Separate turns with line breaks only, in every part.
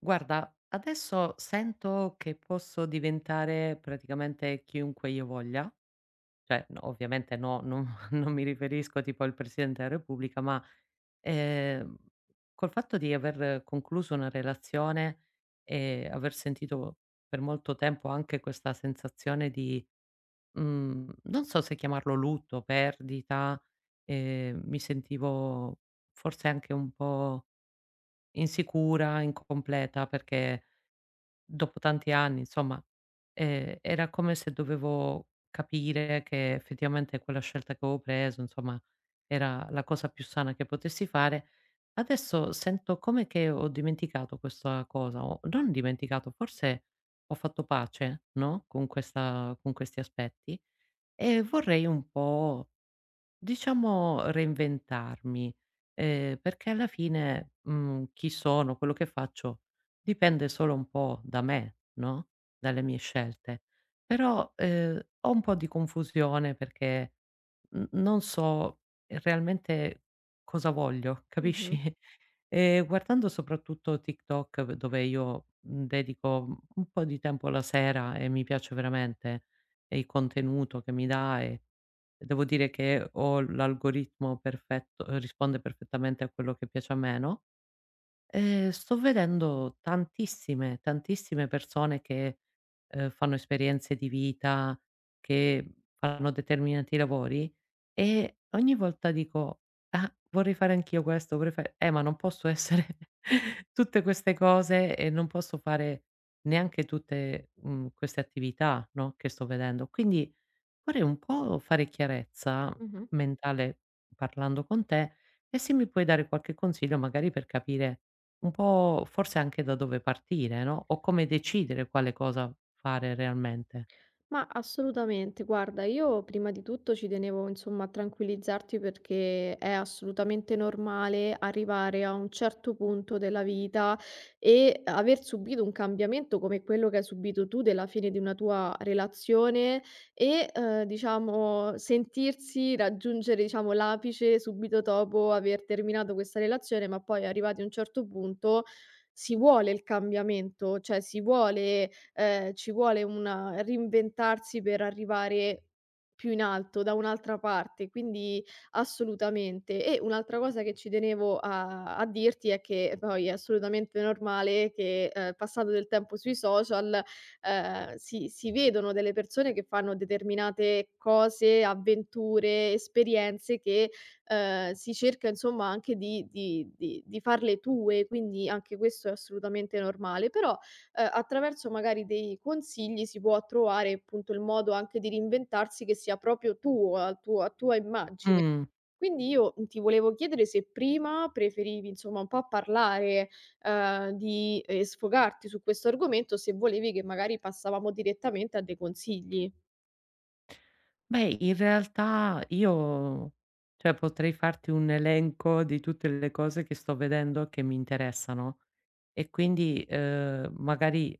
Guarda, adesso sento che posso diventare praticamente chiunque io voglia, cioè no, ovviamente no, non, non mi riferisco tipo al Presidente della Repubblica, ma ehm, col fatto di aver concluso una relazione e aver sentito per molto tempo anche questa sensazione di, non so se chiamarlo lutto, perdita, mi sentivo forse anche un po' insicura, incompleta perché dopo tanti anni, insomma, era come se dovevo capire che effettivamente quella scelta che avevo preso, insomma, era la cosa più sana che potessi fare. Adesso sento come che ho dimenticato questa cosa, o non dimenticato, forse ho fatto pace, no, con questa con questi aspetti e vorrei un po' diciamo reinventarmi, perché alla fine, chi sono, quello che faccio, dipende solo un po' da me, no, dalle mie scelte. Però, ho un po' di confusione perché n non so realmente cosa voglio,
Mh-mh,
capisci? Guardando soprattutto TikTok v dove io, dedico, un po' di tempo la sera e mi piace veramente il contenuto che mi dà e devo dire che ho l'algoritmo perfetto, risponde perfettamente a quello che piace a me, no. Sto vedendo tantissime, tantissime persone che, fanno esperienze di vita, che fanno determinati lavori e ogni volta dico: "Ah, vorrei fare anch'io questo, vorrei fa", ma non posso essere tutte queste cose e non posso fare neanche tutte, queste attività, no, che sto vedendo. Quindi vorrei un po' fare chiarezza
mh-mh.
mentale parlando con te e se mi puoi dare qualche consiglio magari per capire un po' forse anche da dove partire, no, o come decidere quale cosa fare realmente.
Ma assolutamente, guarda, io prima di tutto ci tenevo insomma a tranquillizzarti perché è assolutamente normale arrivare a un certo punto della vita e aver subito un cambiamento come quello che hai subito tu della fine di una tua relazione e, diciamo sentirsi raggiungere, diciamo, l'apice subito dopo aver terminato questa relazione, ma poi arrivati a un certo punto si vuole il cambiamento, cioè si vuole ci vuole un reinventarsi per arrivare più in alto, da un'altra parte, quindi assolutamente. E un'altra cosa che ci tenevo a dirti è che poi è assolutamente normale che, passato del tempo sui social, si vedono delle persone che fanno determinate cose, avventure, esperienze che, si cerca insomma anche di farle tue, quindi anche questo è assolutamente normale. Però, attraverso magari dei consigli si può trovare, appunto, il modo anche di reinventarsi che sia proprio tuo, a tua immagine.
Mh.
Quindi io, ti volevo chiedere se prima preferivi, insomma, un po' parlare, di sfogarti su questo argomento, se volevi che magari passavamo direttamente a dei consigli.
Beh, in realtà io cioè potrei farti un elenco di tutte le cose che sto vedendo che mi interessano, e quindi, magari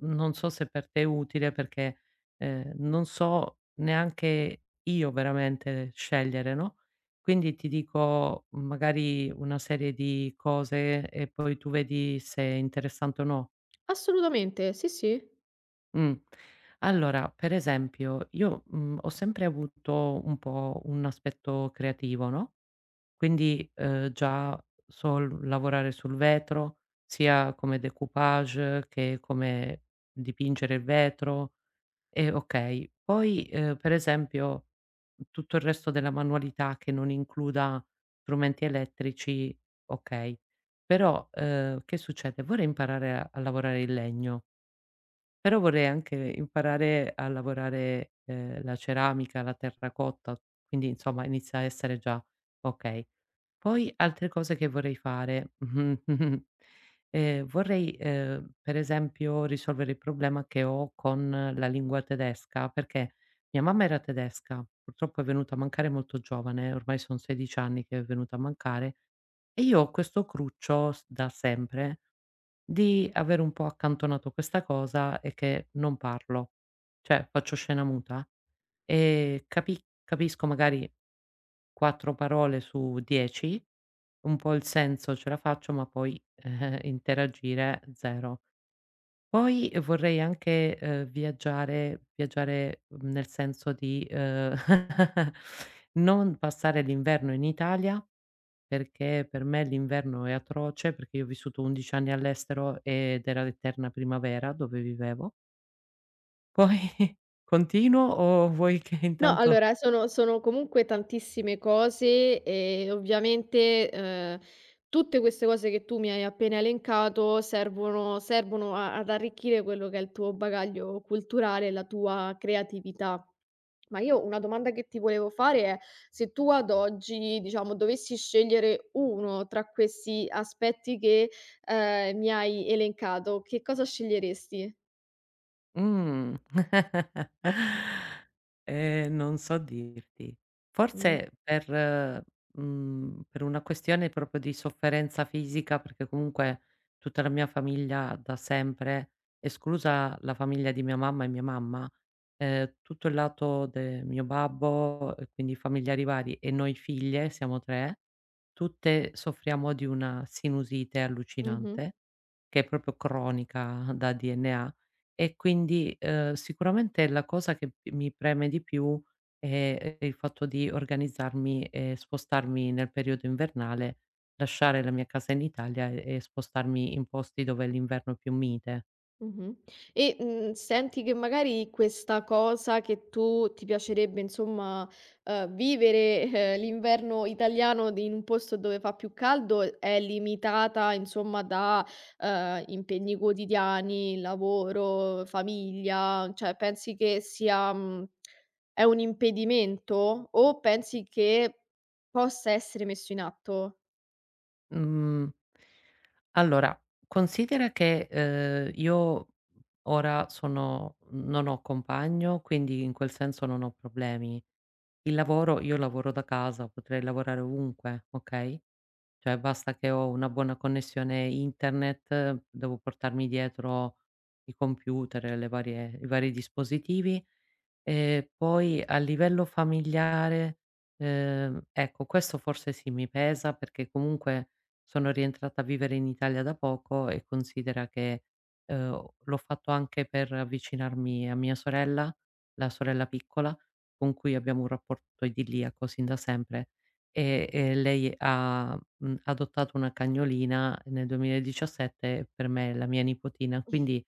non so se per te è utile, perché, non so neanche io veramente scegliere, no, quindi ti dico magari una serie di cose e poi tu vedi se è interessante o no.
Assolutamente, sì, sì.
Mh. Allora, per esempio, io, ho sempre avuto un po' un aspetto creativo, no, quindi, già sol lavorare sul vetro, sia come découpage che come dipingere il vetro, e okay. Poi, per esempio, tutto il resto della manualità che non includa strumenti elettrici, okay. Però, che succede? Vorrei imparare a lavorare il legno, però vorrei anche imparare a lavorare, la ceramica, la terracotta, quindi insomma inizia a essere già okay. Poi altre cose che vorrei fare, vorrei, per esempio risolvere il problema che ho con la lingua tedesca, perché mia mamma era tedesca, purtroppo è venuta a mancare molto giovane, ormai son 16 anni che è venuta a mancare, e io ho questo cruccio s da sempre di avere un po' accantonato questa cosa e che non parlo, cioè faccio scena muta. Capisco magari 4 parole su 10, un po' il senso ce la faccio, ma poi, interagire 0. Poi vorrei anche, viaggiare viaggiare, nel senso di, non passare l'inverno in Italia, perché per me l'inverno è atroce, perché io ho vissuto 11 anni all'estero ed era l'eterna primavera dove vivevo. Poi continuo o vuoi che
No,
intanto.
allora sono comunque tantissime cose e ovviamente, tutte queste cose che tu mi hai appena elencato servono a ad arricchire quello che è il tuo bagaglio culturale e la tua creatività. Ma io una domanda che ti volevo fare è: se tu ad oggi, diciamo, dovessi scegliere uno tra questi aspetti che, mi hai elencato, che cosa sceglieresti?
Mh. Non so dirti.
Mh.
Forse per una questione proprio di sofferenza fisica, perché comunque tutta la mia famiglia da sempre, esclusa la famiglia di mia mamma e mia mamma, tutto il lato de mio babbo, e quindi familiari vari, e noi figlie, siamo 3, tutte soffriamo di una sinusite
Mh-mh.
allucinante, che è proprio cronica da DNA, e quindi, sicuramente la cosa che p mi preme di più è il fatto di organizzarmi e spostarmi nel periodo invernale, lasciare la mia casa in Italia e spostarmi in posti dove l'inverno è più mite.
Mh-mh. E, senti che magari questa cosa che tu ti piacerebbe insomma, vivere, l'inverno italiano di in un posto dove fa più caldo è limitata insomma da, impegni quotidiani, lavoro, famiglia, cioè pensi che sia è un impedimento o pensi che possa essere messo in atto?
Mhmm, allora considera che, io ora sono non ho compagno, quindi in quel senso non ho problemi. Il lavoro io lavoro da casa, potrei lavorare ovunque, okay, cioè basta che ho una buona connessione internet, devo portarmi dietro i computer e le varie i vari dispositivi, e poi a livello familiare, ecco questo forse sì, mi pesa perché comunque sono rientrata a vivere in Italia da poco e considera che, l'ho fatto anche per avvicinarmi a mia sorella, la sorella piccola, con cui abbiamo un rapporto idilliaco sin da sempre, e lei ha, adottato una cagnolina nel 2017 e per me è la mia nipotina, quindi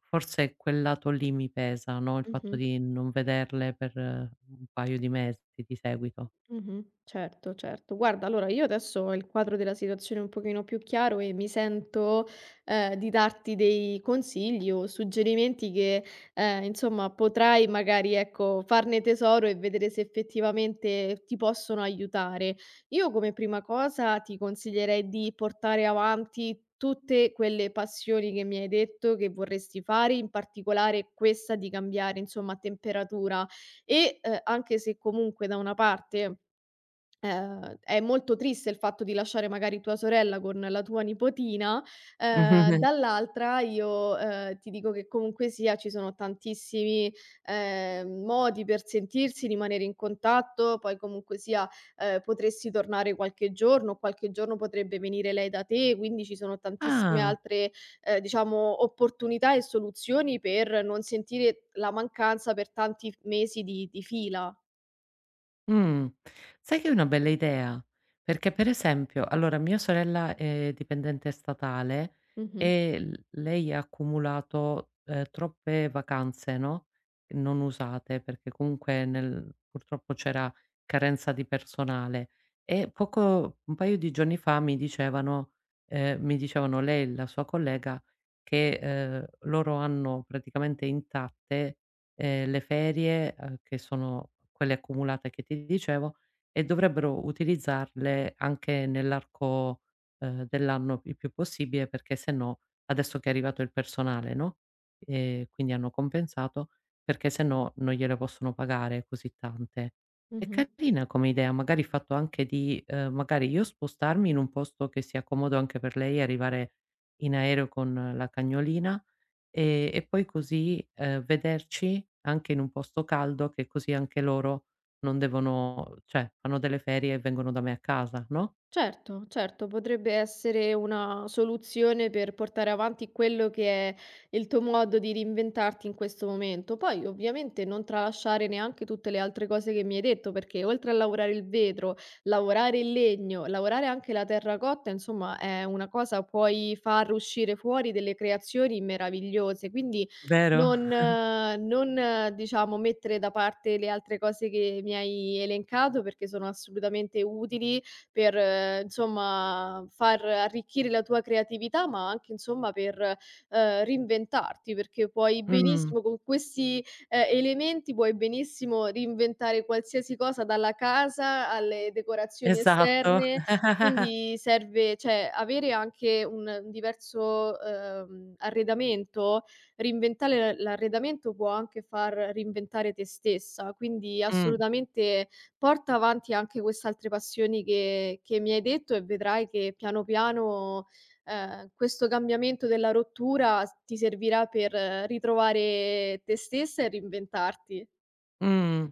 forse quel lato lì mi pesa, no, il fatto
Mh-mh.
di non vederle per, un paio di mesi di seguito.
Mh-mh. Certo, certo. Guarda, allora io adesso ho il quadro della situazione un pochino più chiaro e mi sento, di darti dei consigli o suggerimenti che, insomma potrai magari, ecco, farne tesoro e vedere se effettivamente ti possono aiutare. Io come prima cosa ti consiglierei di portare avanti tutte quelle passioni che mi hai detto che vorresti fare, in particolare questa di cambiare, insomma, temperatura e, anche se comunque da una parte è molto triste il fatto di lasciare magari tua sorella con la tua nipotina,
Mh-mh.
dall'altra io, ti dico che comunque sia ci sono tantissimi, modi per sentirsi, rimanere in contatto, poi comunque sia, potresti tornare qualche giorno potrebbe venire lei da te, quindi ci sono tantissime
Ah.
altre, diciamo opportunità e soluzioni per non sentire la mancanza per tanti f mesi di fila.
Mh. Sai che è una bella idea, perché per esempio allora mia sorella è dipendente statale
Mh-mh,
e l lei ha accumulato, troppe vacanze, no, non usate, perché comunque nel purtroppo c'era carenza di personale e poco un paio di giorni fa mi dicevano, mi dicevano lei e la sua collega che, loro hanno praticamente intatte, le ferie, che sono quelle accumulate che ti dicevo, e dovrebbero utilizzarle anche nell'arco, dell'anno il più possibile, perché se no adesso che è arrivato il personale, no, quindi hanno compensato, perché se no non gliele possono pagare così tante. È
mh-mh.
carina come idea, magari il fatto anche di, magari io spostarmi in un posto che sia comodo anche per lei, arrivare in aereo con la cagnolina, e poi così, vederci anche in un posto caldo che così anche loro non devono, cioè fanno delle ferie e vengono da me a casa, no?
Certo, certo, potrebbe essere una soluzione per portare avanti quello che è il tuo modo di reinventarti in questo momento. Poi, ovviamente, non tralasciare neanche tutte le altre cose che mi hai detto, perché oltre a lavorare il vetro, lavorare il legno, lavorare anche la terracotta, insomma, è una cosa, puoi far uscire fuori delle creazioni meravigliose. Quindi
Vero?
non, diciamo, mettere da parte le altre cose che mi hai elencato, perché sono assolutamente utili per insomma far arricchire la tua creatività, ma anche insomma per, reinventarti, perché puoi
Mh,
benissimo con questi, elementi puoi benissimo reinventare qualsiasi cosa dalla casa alle decorazioni
esatto.
esterne, quindi serve cioè avere anche un diverso, arredamento, reinventare l'arredamento può anche far reinventare te stessa, quindi
Mh.
assolutamente. Porta avanti anche queste altre passioni che mi hai detto e vedrai che piano piano, questo cambiamento della rottura s ti servirà per ritrovare te stessa e reinventarti.
Mh.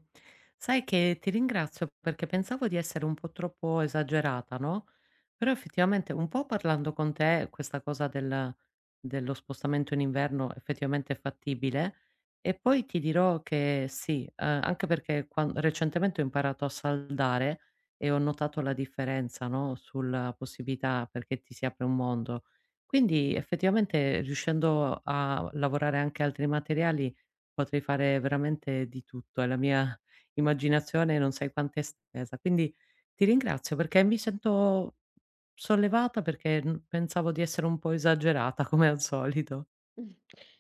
Sai che ti ringrazio perché pensavo di essere un po' troppo esagerata, no, però effettivamente un po' parlando con te questa cosa dello spostamento in inverno effettivamente è fattibile, e poi ti dirò che sì, anche perché quan recentemente ho imparato a saldare e ho notato la differenza, no, sulla possibilità perché ti si apre un mondo. Quindi effettivamente riuscendo a lavorare anche altri materiali potrei fare veramente di tutto e la mia immaginazione non sai quanto è estesa. Quindi ti ringrazio perché mi sento sollevata perché, pensavo di essere un po' esagerata come al solito.
Mm.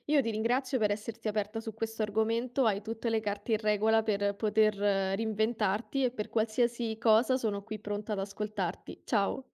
Io ti ringrazio per esserti aperta su questo argomento, hai tutte le carte in regola per poter reinventarti e per qualsiasi cosa sono qui pronta ad ascoltarti. Ciao.